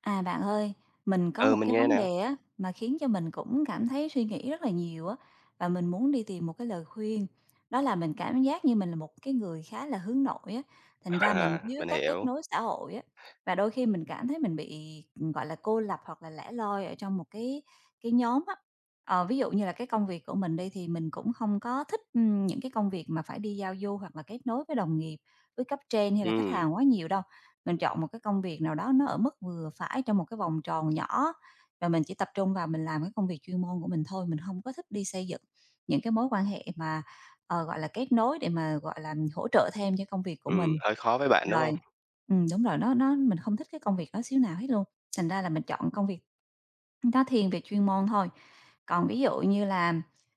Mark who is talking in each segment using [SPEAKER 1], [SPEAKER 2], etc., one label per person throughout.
[SPEAKER 1] À bạn ơi, mình có
[SPEAKER 2] Ừ,
[SPEAKER 1] một
[SPEAKER 2] mình
[SPEAKER 1] cái
[SPEAKER 2] nghe
[SPEAKER 1] vấn
[SPEAKER 2] nè.
[SPEAKER 1] đề á mà khiến cho mình cũng cảm thấy suy nghĩ rất là nhiều á và mình muốn đi tìm một cái lời khuyên. Đó là mình cảm giác như mình là một cái người khá là hướng nội á, thành ra mình thiếu
[SPEAKER 2] Mình
[SPEAKER 1] các kết
[SPEAKER 2] hiểu.
[SPEAKER 1] nối xã hội á và đôi khi mình cảm thấy mình bị gọi là cô lập hoặc là lẻ loi ở trong một cái nhóm á. Ờ, ví dụ như là cái công việc của mình đi thì mình cũng không có thích những cái công việc mà phải đi giao du hoặc là kết nối với đồng nghiệp, với cấp trên hay là khách
[SPEAKER 2] Ừm,
[SPEAKER 1] hàng quá nhiều đâu, mình chọn một cái công việc nào đó nó ở mức vừa phải trong một cái vòng tròn nhỏ và mình chỉ tập trung vào mình làm cái công việc chuyên môn của mình thôi, mình không có thích đi xây dựng những cái mối quan hệ mà, ờ, gọi là, kết nối để mà, gọi là, hỗ trợ thêm cho công việc của mình.
[SPEAKER 2] hơi khó với bạn, đúng
[SPEAKER 1] Rồi,
[SPEAKER 2] hông?
[SPEAKER 1] đúng rồi, nó mình không thích cái công việc đó xíu nào hết luôn, thành ra là mình chọn công việc nó thiên về chuyên môn thôi. Còn ví dụ như là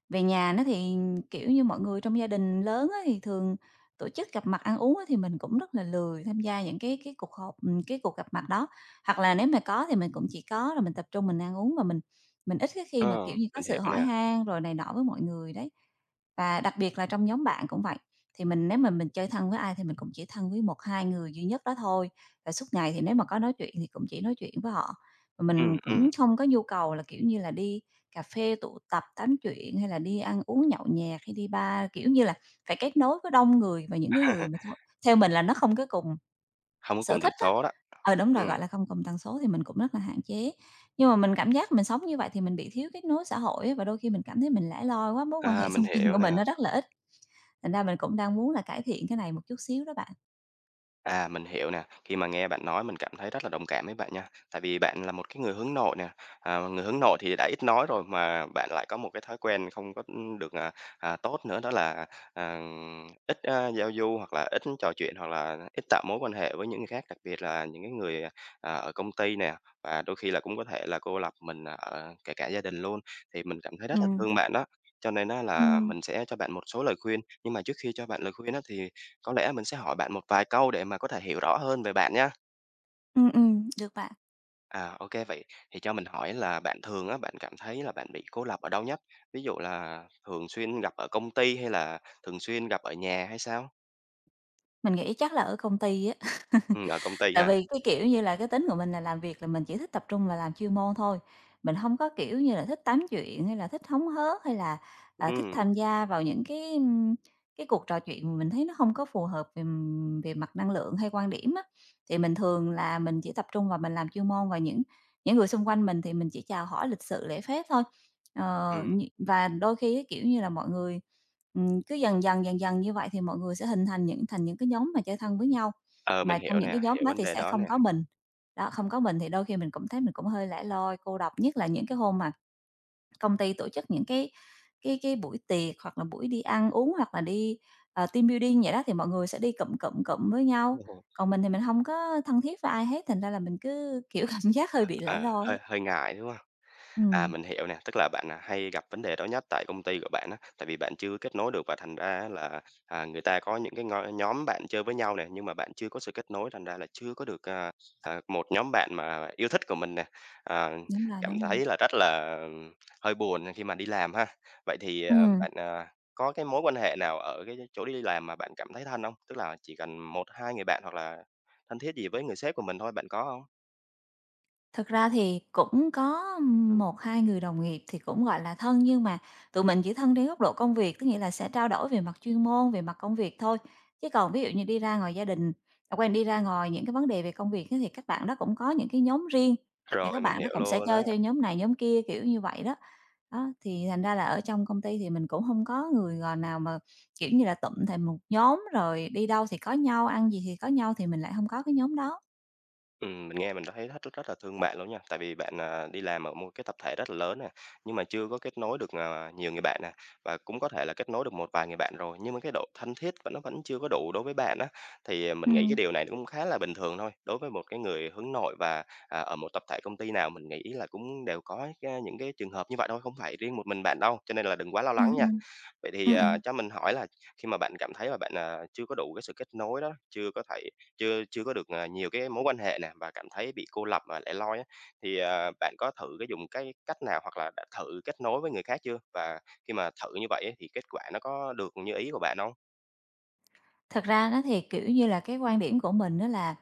[SPEAKER 1] về nhà nó thì, kiểu như, mọi người trong gia đình lớn á thì thường tổ chức gặp mặt ăn uống á thì mình cũng rất là lười tham gia những cái cuộc họp, cái cuộc gặp mặt đó. Hoặc là nếu mà có thì mình cũng chỉ có là mình tập trung mình ăn uống và mình ít cái khi mà,
[SPEAKER 2] Ờ,
[SPEAKER 1] kiểu như, có
[SPEAKER 2] mình
[SPEAKER 1] sự
[SPEAKER 2] hiểu
[SPEAKER 1] hỏi
[SPEAKER 2] nè.
[SPEAKER 1] han rồi này nọ với mọi người đấy. Và đặc biệt là trong nhóm bạn cũng vậy, thì mình nếu mà mình chơi thân với ai thì mình cũng chỉ thân với một hai người duy nhất đó thôi, và suốt ngày thì nếu mà có nói chuyện thì cũng chỉ nói chuyện với họ và
[SPEAKER 2] Ừm,
[SPEAKER 1] mình
[SPEAKER 2] ừm,
[SPEAKER 1] cũng không có nhu cầu là, kiểu như là, đi cà phê tụ tập tám chuyện hay là đi ăn uống nhậu nhẹt hay đi bar, kiểu như là, phải kết nối với đông người và những cái người mà thôi, theo mình là nó không có cùng
[SPEAKER 2] hông có
[SPEAKER 1] sở
[SPEAKER 2] cùng tần
[SPEAKER 1] thích á.
[SPEAKER 2] số đó.
[SPEAKER 1] Ờ, đúng rồi,
[SPEAKER 2] Ừm,
[SPEAKER 1] gọi là, không cùng tần số thì mình cũng rất là hạn chế. Nhưng mà mình cảm giác mình sống như vậy thì mình bị thiếu kết nối xã hội á, và đôi khi mình cảm thấy mình lẻ loi quá, mối quan hệ
[SPEAKER 2] mình
[SPEAKER 1] xung quanh của
[SPEAKER 2] hiểu
[SPEAKER 1] mình
[SPEAKER 2] nè.
[SPEAKER 1] nó rất là ít, thành ra mình cũng đang muốn là cải thiện cái này một chút xíu đó bạn.
[SPEAKER 2] Mình hiểu nè. Khi mà nghe bạn nói mình cảm thấy rất là đồng cảm với bạn nha. Tại vì bạn là một cái người hướng nội nè. Người hướng nội thì đã ít nói rồi mà bạn lại có một cái thói quen không có được tốt nữa đó là à, ít giao du hoặc là ít trò chuyện hoặc là ít tạo mối quan hệ với những người khác, đặc biệt là những cái người ở công ty nè và đôi khi là cũng có thể là cô lập mình ở kể cả gia đình luôn. Thì mình cảm thấy rất là
[SPEAKER 1] Ừm,
[SPEAKER 2] thương bạn đó. Cho nên á là
[SPEAKER 1] ừm,
[SPEAKER 2] mình sẽ cho bạn một số lời khuyên, nhưng mà trước khi cho bạn lời khuyên á thì có lẽ mình sẽ hỏi bạn một vài câu để mà có thể hiểu rõ hơn về bạn nhé.
[SPEAKER 1] được bạn.
[SPEAKER 2] À, ok vậy thì cho mình hỏi là bạn thường á, bạn cảm thấy là bạn bị cô lập ở đâu nhất? Ví dụ là thường xuyên gặp ở công ty hay là thường xuyên gặp ở nhà hay sao?
[SPEAKER 1] Mình nghĩ chắc là ở công ty á.
[SPEAKER 2] Ở công ty
[SPEAKER 1] Tại
[SPEAKER 2] ha.
[SPEAKER 1] vì cái, kiểu như là, cái tính của mình là làm việc là mình chỉ thích tập trung và làm chuyên môn thôi, mình không có, kiểu như là, thích tám chuyện hay là thích hóng hớt hay là, à, thích
[SPEAKER 2] Ừ,
[SPEAKER 1] tham gia vào những cái, cái cuộc trò chuyện mà mình thấy nó không có phù hợp về, về mặt năng lượng hay quan điểm á. Thì mình thường là mình chỉ tập trung vào mình làm chuyên môn và những người xung quanh mình thì mình chỉ chào hỏi lịch sự lễ phép thôi. Ờ,
[SPEAKER 2] ừm,
[SPEAKER 1] nh Và đôi khi á, kiểu như là, mọi người, cứ dần dần, dần dần như vậy thì mọi người sẽ hình thành những cái nhóm mà chơi thân với nhau.
[SPEAKER 2] ờ, mình
[SPEAKER 1] Mà trong
[SPEAKER 2] hiểu
[SPEAKER 1] những cái
[SPEAKER 2] nè,
[SPEAKER 1] nhóm
[SPEAKER 2] hiểu
[SPEAKER 1] đó
[SPEAKER 2] vấn
[SPEAKER 1] thì
[SPEAKER 2] đề
[SPEAKER 1] sẽ
[SPEAKER 2] đó
[SPEAKER 1] không
[SPEAKER 2] nè.
[SPEAKER 1] có mình. Đó, không có mình thì đôi khi mình cũng thấy mình cũng hơi lẻ loi, cô độc, nhất là những cái hôm mà công ty tổ chức những cái buổi tiệc hoặc là buổi đi ăn uống hoặc là đi, ờ, team building vậy đó, thì mọi người sẽ đi cụm, cụm, cụm với nhau,
[SPEAKER 2] Ừ.
[SPEAKER 1] còn mình thì mình không có thân thiết với ai hết, thành ra là mình cứ, kiểu, cảm giác hơi bị lẻ
[SPEAKER 2] Ờ,
[SPEAKER 1] loi á.
[SPEAKER 2] hơi hơi ngại, đúng không? À,
[SPEAKER 1] Ừm,
[SPEAKER 2] mình hiểu nè, tức là bạn, hay gặp vấn đề đó nhất tại công ty của bạn á, tại vì bạn chưa kết nối được và thành ra á là, người ta có những cái ngoi nhóm bạn chơi với nhau nè, nhưng mà bạn chưa có sự kết nối, thành ra là chưa có được, một nhóm bạn mà yêu thích của mình nè. Ờ,
[SPEAKER 1] đúng rồi,
[SPEAKER 2] cảm
[SPEAKER 1] đúng rồi.
[SPEAKER 2] thấy là rất là hơi buồn khi mà đi làm ha. Vậy thì,
[SPEAKER 1] Ừm.
[SPEAKER 2] bạn, có cái mối quan hệ nào ở cái chỗ đi làm mà bạn cảm thấy thân không? Tức là chỉ cần một 2 người bạn hoặc là thân thiết gì với người sếp của mình thôi, bạn có không?
[SPEAKER 1] Thực ra thì cũng có
[SPEAKER 2] Ừm,
[SPEAKER 1] một hai người đồng nghiệp thì cũng, gọi là, thân nhưng mà tụi mình chỉ thân trên góc độ công việc, tức nghĩa là sẽ trao đổi về mặt chuyên môn, về mặt công việc thôi. Chứ còn ví dụ như đi ra ngoài gia đình, à, quên, đi ra ngoài những cái vấn đề về công việc á thì các bạn đó cũng có những cái nhóm riêng, thì các
[SPEAKER 2] rồi, mình
[SPEAKER 1] bạn đó
[SPEAKER 2] hiểu
[SPEAKER 1] cũng sẽ
[SPEAKER 2] luôn á.
[SPEAKER 1] chơi theo nhóm này, nhóm kia, kiểu như vậy đó. Đó, thì thành ra là ở trong công ty thì mình cũng không có người, gọi, nào mà, kiểu như là, tụm thành một nhóm rồi đi đâu thì có nhau, ăn gì thì có nhau thì mình lại không có cái nhóm đó.
[SPEAKER 2] Mình nghe mình đã thấy rất rất rất là thương bạn luôn nha, tại vì bạn, đi làm ở một cái tập thể rất là lớn nè, nhưng mà chưa có kết nối được, nhiều người bạn nè, và cũng có thể là kết nối được một vài người bạn rồi, nhưng mà cái độ thân thiết và nó vẫn chưa có đủ đối với bạn á. Thì, mình nghĩ cái
[SPEAKER 1] Ừm,
[SPEAKER 2] điều này cũng khá là bình thường thôi, đối với một cái người hướng nội và, ở một tập thể công ty nào mình nghĩ là cũng đều có cái những cái trường hợp như vậy thôi, không phải riêng một mình bạn đâu, cho nên là đừng quá lo
[SPEAKER 1] ừm,
[SPEAKER 2] lắng nha.
[SPEAKER 1] ừm,
[SPEAKER 2] Vậy thì,
[SPEAKER 1] ừm, ừm.
[SPEAKER 2] cho mình hỏi là khi mà bạn cảm thấy là bạn, chưa có đủ cái sự kết nối đó, chưa có thể chưa chưa có được, nhiều cái mối quan hệ nè, và cảm thấy bị cô lập và lẻ loi á, thì, bạn có thử cái dùng cái cách nào hoặc là đã thử kết nối với người khác chưa? Và khi mà thử như vậy á thì kết quả nó có được như ý của bạn không?
[SPEAKER 1] Thật ra nó thì, kiểu như là, cái quan điểm của mình đó là,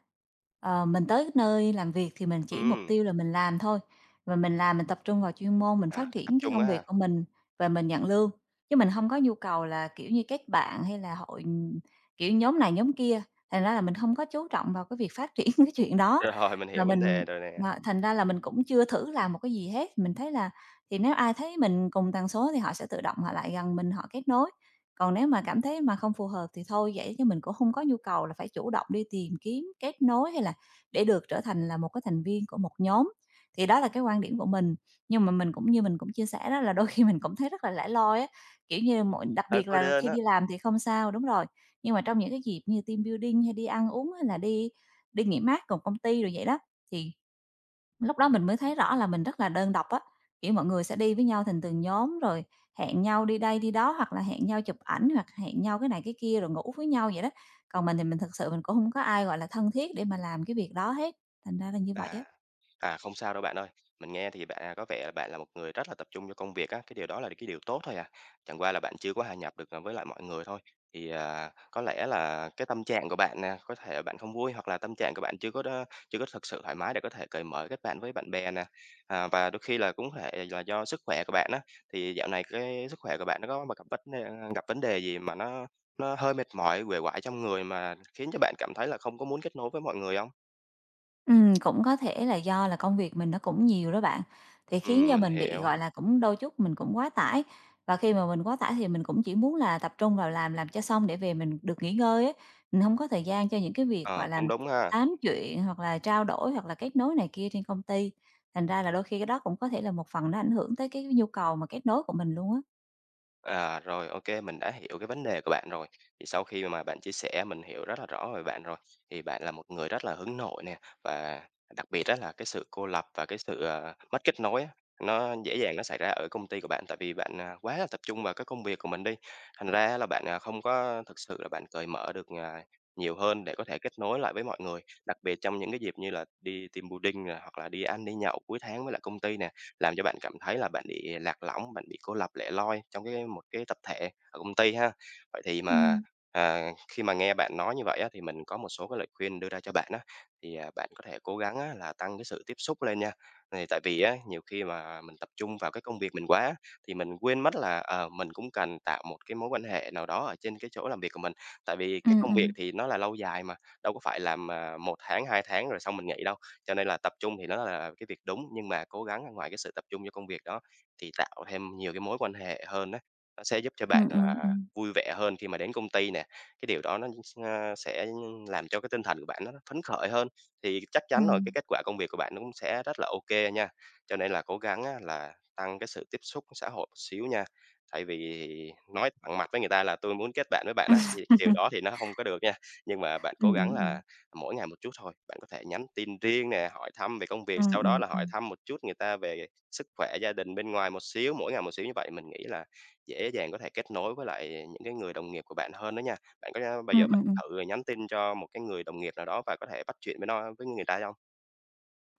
[SPEAKER 1] ờ, mình tới nơi làm việc thì mình chỉ mục
[SPEAKER 2] Ừ,
[SPEAKER 1] tiêu là mình làm thôi, và mình làm mình tập trung vào chuyên môn, mình phát
[SPEAKER 2] tập
[SPEAKER 1] triển cái
[SPEAKER 2] trung
[SPEAKER 1] công
[SPEAKER 2] á.
[SPEAKER 1] việc của mình và mình nhận lương. Chứ mình không có nhu cầu là, kiểu như, kết bạn hay là hội, kiểu, nhóm này nhóm kia, thành ra là mình không có chú trọng vào cái việc phát triển cái chuyện đó.
[SPEAKER 2] Rồi, mình
[SPEAKER 1] Và
[SPEAKER 2] hiểu vấn
[SPEAKER 1] mình
[SPEAKER 2] đề rồi nè,
[SPEAKER 1] Mà thành ra là mình cũng chưa thử làm một cái gì hết, mình thấy là thì nếu ai thấy mình cùng tần số thì họ sẽ tự động họ lại gần mình, họ kết nối. Còn nếu mà cảm thấy mà không phù hợp thì thôi, vậy chứ mình cũng không có nhu cầu là phải chủ động đi tìm kiếm kết nối hay là để được trở thành là một cái thành viên của một nhóm. Thì đó là cái quan điểm của mình, nhưng mà mình cũng như mình cũng chia sẻ đó là đôi khi mình cũng thấy rất là lẻ loi á, kiểu như, mỗi đặc
[SPEAKER 2] hơi
[SPEAKER 1] biệt
[SPEAKER 2] cô
[SPEAKER 1] là
[SPEAKER 2] đơn
[SPEAKER 1] khi đi
[SPEAKER 2] á.
[SPEAKER 1] làm thì không sao đúng rồi, nhưng mà trong những cái dịp như team building hay đi ăn uống hay là đi đi nghỉ mát cùng công ty rồi vậy đó, thì lúc đó mình mới thấy rõ là mình rất là đơn độc á, kiểu, mọi người sẽ đi với nhau thành từng nhóm rồi hẹn nhau đi đây đi đó, hoặc là hẹn nhau chụp ảnh, hoặc hẹn nhau cái này cái kia rồi ngủ với nhau vậy đó. Còn mình thì mình thực sự mình cũng không có ai, gọi là, thân thiết để mà làm cái việc đó hết, thành ra là như vậy á.
[SPEAKER 2] À, không sao đâu bạn ơi. Mình nghe thì bạn có vẻ là bạn là một người rất là tập trung cho công việc á, cái điều đó là cái điều tốt thôi à. Chẳng qua là bạn chưa có hòa nhập được à, với lại mọi người thôi. Thì có lẽ là cái tâm trạng của bạn nè, có thể bạn không vui hoặc là tâm trạng của bạn chưa có chưa có thực sự thoải mái để có thể cởi mở kết bạn với bạn bè nè. À, và đôi khi là cũng có thể là do sức khỏe của bạn á. Thì dạo này cái sức khỏe của bạn nó có mà gặp vấn đề, gặp vấn đề gì mà nó hơi mệt mỏi, uể oải trong người mà khiến cho bạn cảm thấy là không có muốn kết nối với mọi người không?
[SPEAKER 1] Cũng có thể là do là công việc mình nó cũng nhiều đó bạn, thì
[SPEAKER 2] Ừ,
[SPEAKER 1] khiến cho
[SPEAKER 2] mình
[SPEAKER 1] mình bị,
[SPEAKER 2] hiểu.
[SPEAKER 1] gọi là, cũng đôi chút mình cũng quá tải. Và khi mà mình quá tải thì mình cũng chỉ muốn là tập trung vào làm cho xong để về mình được nghỉ ngơi á, mình không có thời gian cho những cái việc,
[SPEAKER 2] Ờ,
[SPEAKER 1] gọi là,
[SPEAKER 2] cũng đúng ha.
[SPEAKER 1] tám chuyện hoặc là trao đổi hoặc là kết nối này kia trên công ty. Thành ra là đôi khi cái đó cũng có thể là một phần nó ảnh hưởng tới cái nhu cầu mà kết nối của mình luôn á.
[SPEAKER 2] Rồi, ok mình đã hiểu cái vấn đề của bạn rồi. Thì sau khi mà bạn chia sẻ mình hiểu rất là rõ về bạn rồi, thì bạn là một người rất là hướng nội nè, và đặc biệt đó là cái sự cô lập và cái sự, mất kết nối á, nó dễ dàng nó xảy ra ở công ty của bạn, tại vì bạn, quá là tập trung vào cái công việc của mình đi, thành ra là bạn, không có thực sự là bạn cởi mở được, nhiều hơn để có thể kết nối lại với mọi người, đặc biệt trong những cái dịp như là đi team building nè, hoặc là đi ăn, đi nhậu cuối tháng với lại công ty nè, làm cho bạn cảm thấy là bạn bị lạc lõng, bạn bị cô lập lẻ loi trong cái một cái tập thể ở công ty ha. Vậy thì mà,
[SPEAKER 1] Ừm,
[SPEAKER 2] khi mà nghe bạn nói như vậy á, thì mình có một số cái lời khuyên đưa ra cho bạn á, thì, bạn có thể cố gắng á là tăng cái sự tiếp xúc lên nha. Thì tại vì á, nhiều khi mà mình tập trung vào cái công việc mình quá á, thì mình quên mất là, mình cũng cần tạo một cái mối quan hệ nào đó ở trên cái chỗ làm việc của mình. Tại vì cái
[SPEAKER 1] ừm,
[SPEAKER 2] công việc
[SPEAKER 1] ừm,
[SPEAKER 2] thì nó là lâu dài mà, đâu có phải làm, 1 tháng, 2 tháng rồi xong mình nghỉ đâu. Cho nên là tập trung thì nó là cái việc đúng, nhưng mà cố gắng ngoài cái sự tập trung cho công việc đó thì tạo thêm nhiều cái mối quan hệ hơn đó nó sẽ giúp cho bạn
[SPEAKER 1] ừm, ừm,
[SPEAKER 2] là
[SPEAKER 1] ừm,
[SPEAKER 2] vui vẻ hơn khi mà đến công ty nè. Cái điều đó nó, sẽ làm cho cái tinh thần của bạn nó phấn khởi hơn, thì chắc chắn rồi cái
[SPEAKER 1] ừm.
[SPEAKER 2] kết quả công việc của bạn nó cũng sẽ rất là ok nha. Cho nên là cố gắng á là tăng cái sự tiếp xúc xã hội một xíu nha, thay vì nói thẳng mặt với người ta là "Tôi muốn kết bạn với bạn á", thì cái điều đó thì nó không có được nha. Nhưng mà bạn cố gắng
[SPEAKER 1] Ừm.
[SPEAKER 2] là mỗi ngày một chút thôi, bạn có thể nhắn tin riêng nè, hỏi thăm về công việc,
[SPEAKER 1] Ừm,
[SPEAKER 2] sau đó
[SPEAKER 1] ừm,
[SPEAKER 2] là hỏi
[SPEAKER 1] ừm.
[SPEAKER 2] thăm một chút người ta về sức khỏe, gia đình bên ngoài một xíu, mỗi ngày một xíu như vậy mình nghĩ là dễ dàng có thể kết nối với lại những cái người đồng nghiệp của bạn hơn đó nha. Bạn có, bao giờ
[SPEAKER 1] Ừm,
[SPEAKER 2] bạn
[SPEAKER 1] ừm, ừm.
[SPEAKER 2] thử nhắn tin cho một cái người đồng nghiệp nào đó và có thể bắt chuyện với nó với người ta không?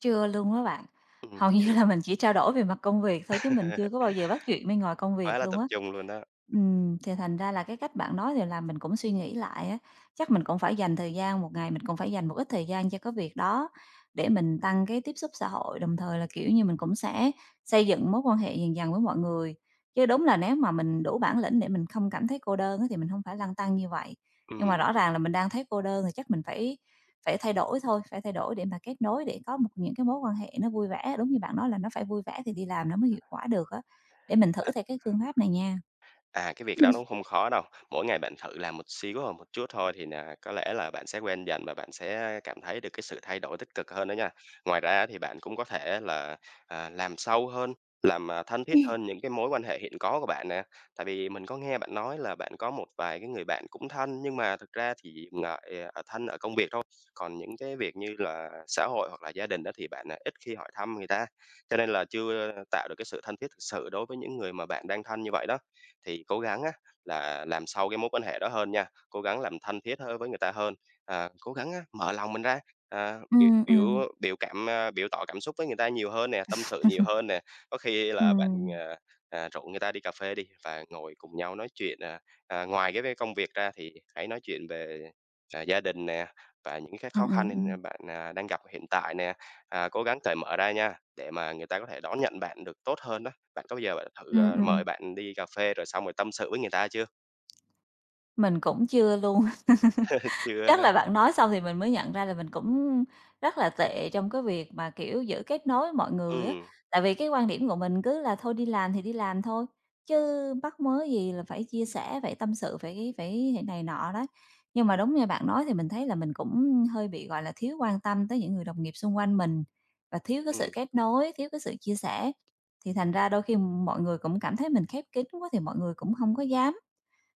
[SPEAKER 1] Chưa luôn á bạn. Hầu như
[SPEAKER 2] Chưa,
[SPEAKER 1] là mình chỉ trao đổi về mặt công việc thôi chứ mình chưa có bao giờ bắt chuyện bên ngoài công
[SPEAKER 2] quá
[SPEAKER 1] việc
[SPEAKER 2] là
[SPEAKER 1] luôn
[SPEAKER 2] tập
[SPEAKER 1] á.
[SPEAKER 2] trung luôn đó.
[SPEAKER 1] Thì thành ra là cái cách bạn nói thì làm mình cũng suy nghĩ lại á, chắc mình cũng phải dành thời gian, một ngày mình cũng phải dành một ít thời gian cho cái việc đó để mình tăng cái tiếp xúc xã hội, đồng thời là, kiểu như, mình cũng sẽ xây dựng mối quan hệ dần dần với mọi người. Chứ đúng là nếu mà mình đủ bản lĩnh để mình không cảm thấy cô đơn á thì mình không phải lăn tăn như vậy.
[SPEAKER 2] Ừ.
[SPEAKER 1] Nhưng mà rõ ràng là mình đang thấy cô đơn thì chắc mình phải phải thay đổi thôi, phải thay đổi để mà kết nối, để có một những cái mối quan hệ nó vui vẻ. Đúng như bạn nói là nó phải vui vẻ thì đi làm nó mới hiệu quả được á. Để mình thử theo cái phương pháp này nha.
[SPEAKER 2] À, cái việc đó nó không khó đâu. Mỗi ngày bạn thử làm một xíu hoặc một chút thôi thì là có lẽ là bạn sẽ quen dần và bạn sẽ cảm thấy được cái sự thay đổi tích cực hơn đó nha. Ngoài ra thì bạn cũng có thể là, làm sâu hơn, làm, thân thiết hơn những cái mối quan hệ hiện có của bạn nè. Tại vì mình có nghe bạn nói là bạn có một vài cái người bạn cũng thân, nhưng mà thực ra thì ngại ở thân ở công việc thôi, còn những cái việc như là xã hội hoặc là gia đình đó thì bạn, ít khi hỏi thăm người ta, cho nên là chưa tạo được cái sự thân thiết thực sự đối với những người mà bạn đang thân như vậy đó thì cố gắng á là làm sâu cái mối quan hệ đó hơn nha, cố gắng làm thân thiết hơn với người ta hơn, cố gắng á mở lòng mình ra, biểu
[SPEAKER 1] Ừm, ừm.
[SPEAKER 2] biểu biểu cảm, biểu tỏ cảm xúc với người ta nhiều hơn nè, tâm sự nhiều hơn nè. Có khi là bạn,
[SPEAKER 1] Ừm.
[SPEAKER 2] à, rủ người ta đi cà phê đi và ngồi cùng nhau nói chuyện, ngoài cái công việc ra thì hãy nói chuyện về, gia đình nè, và những cái khó
[SPEAKER 1] Ừm, ừm,
[SPEAKER 2] khăn
[SPEAKER 1] ừm.
[SPEAKER 2] bạn, đang gặp hiện tại nè. À, cố gắng cởi mở ra nha, để mà người ta có thể đón nhận bạn được tốt hơn đó. Bạn có bao giờ bạn thử,
[SPEAKER 1] Ừm, ừm, ừm.
[SPEAKER 2] mời bạn đi cà phê rồi xong rồi tâm sự với người ta chưa?
[SPEAKER 1] Mình cũng chưa luôn.
[SPEAKER 2] Chưa
[SPEAKER 1] Chắc là
[SPEAKER 2] ha?
[SPEAKER 1] bạn nói xong thì mình mới nhận ra là mình cũng rất là tệ trong cái việc mà, kiểu, giữ kết nối với mọi người á.
[SPEAKER 2] Ừm,
[SPEAKER 1] Tại vì cái quan điểm của mình cứ là thôi đi làm thì đi làm thôi, chứ mắc mớ gì là phải chia sẻ, phải tâm sự, phải phải thế này nọ đó. Nhưng mà đúng như bạn nói thì mình thấy là mình cũng hơi bị, gọi là, thiếu quan tâm tới những người đồng nghiệp xung quanh mình và thiếu cái sự
[SPEAKER 2] ừm,
[SPEAKER 1] kết nối, thiếu cái sự chia sẻ. Thì thành ra đôi khi mọi người cũng cảm thấy mình khép kín quá thì mọi người cũng hông có dám,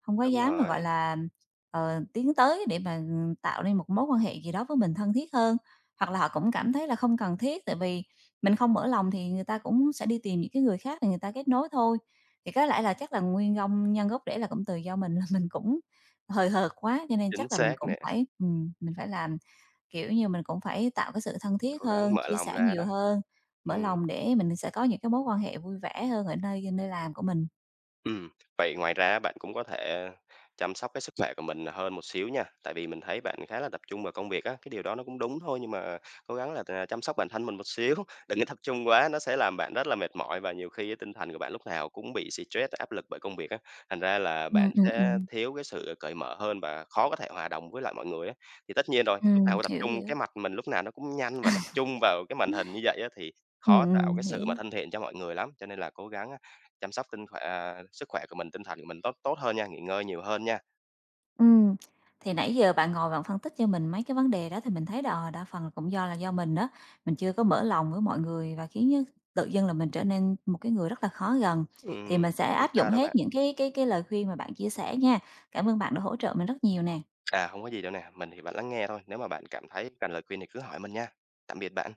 [SPEAKER 1] không có
[SPEAKER 2] đúng
[SPEAKER 1] dám mà, gọi
[SPEAKER 2] rồi,
[SPEAKER 1] là, ờ, tiến tới để mà, ừ, tạo nên một mối quan hệ gì đó với mình thân thiết hơn. Hoặc là họ cũng cảm thấy là không cần thiết, tại vì mình không mở lòng thì người ta cũng sẽ đi tìm những cái người khác để người ta kết nối thôi. Thì có lẽ là chắc là nguyên gông nhân gốc rễ là cũng từ do mình là mình cũng hời hợt quá, cho nên
[SPEAKER 2] chính
[SPEAKER 1] chắc là mình
[SPEAKER 2] xác
[SPEAKER 1] cũng
[SPEAKER 2] nè,
[SPEAKER 1] phải mình phải làm, kiểu như, mình cũng phải tạo cái sự thân thiết
[SPEAKER 2] cố gắng
[SPEAKER 1] hơn,
[SPEAKER 2] mở
[SPEAKER 1] chia
[SPEAKER 2] lòng
[SPEAKER 1] sẻ
[SPEAKER 2] ra
[SPEAKER 1] nhiều
[SPEAKER 2] đó.
[SPEAKER 1] hơn, mở
[SPEAKER 2] Ừm.
[SPEAKER 1] lòng để mình sẽ có những cái mối quan hệ vui vẻ hơn ở nơi nơi làm của mình.
[SPEAKER 2] Ừm, vậy ngoài ra bạn cũng có thể chăm sóc cái sức khỏe của mình hơn một xíu nha, tại vì mình thấy bạn khá là tập trung vào công việc á, cái điều đó nó cũng đúng thôi nhưng mà cố gắng là, chăm sóc bản thân mình một xíu, đừng có tập trung quá, nó sẽ làm bạn rất là mệt mỏi và nhiều khi á tinh thần của bạn lúc nào cũng bị stress, áp lực bởi công việc á, thành ra là
[SPEAKER 1] Ừm,
[SPEAKER 2] bạn
[SPEAKER 1] ừm,
[SPEAKER 2] sẽ
[SPEAKER 1] ừm.
[SPEAKER 2] thiếu cái sự cởi mở hơn và khó có thể hòa đồng với lại mọi người á. Thì tất nhiên rồi, lúc nào tập
[SPEAKER 1] Hiểu,
[SPEAKER 2] trung cái
[SPEAKER 1] hiểu.
[SPEAKER 2] mặt mình lúc nào nó cũng nhanh và tập trung vào cái màn hình như vậy á thì khó tạo cái sự mà
[SPEAKER 1] Hiểu.
[SPEAKER 2] thân thiện cho mọi người lắm, cho nên là cố gắng chăm sóc sức khỏe của mình, tinh thần của mình tốt tốt hơn nha, nghỉ ngơi nhiều hơn nha.
[SPEAKER 1] Ừm, thì nãy giờ bạn ngồi bạn phân tích cho mình mấy cái vấn đề đó thì mình thấy là, ờ, đa phần là cũng do là do mình đó, mình chưa có mở lòng với mọi người và khiến á tự dưng là mình trở nên một cái người rất là khó gần.
[SPEAKER 2] Ừm.
[SPEAKER 1] Thì mình sẽ
[SPEAKER 2] Hông
[SPEAKER 1] áp dụng
[SPEAKER 2] sao đâu
[SPEAKER 1] hết
[SPEAKER 2] bạn.
[SPEAKER 1] những cái lời khuyên mà bạn chia sẻ nha. Cảm ơn bạn đã hỗ trợ mình rất nhiều nè.
[SPEAKER 2] À, không có gì đâu nè, mình thì bạn lắng nghe thôi, nếu mà bạn cảm thấy cần lời khuyên thì cứ hỏi mình nha. Tạm biệt bạn.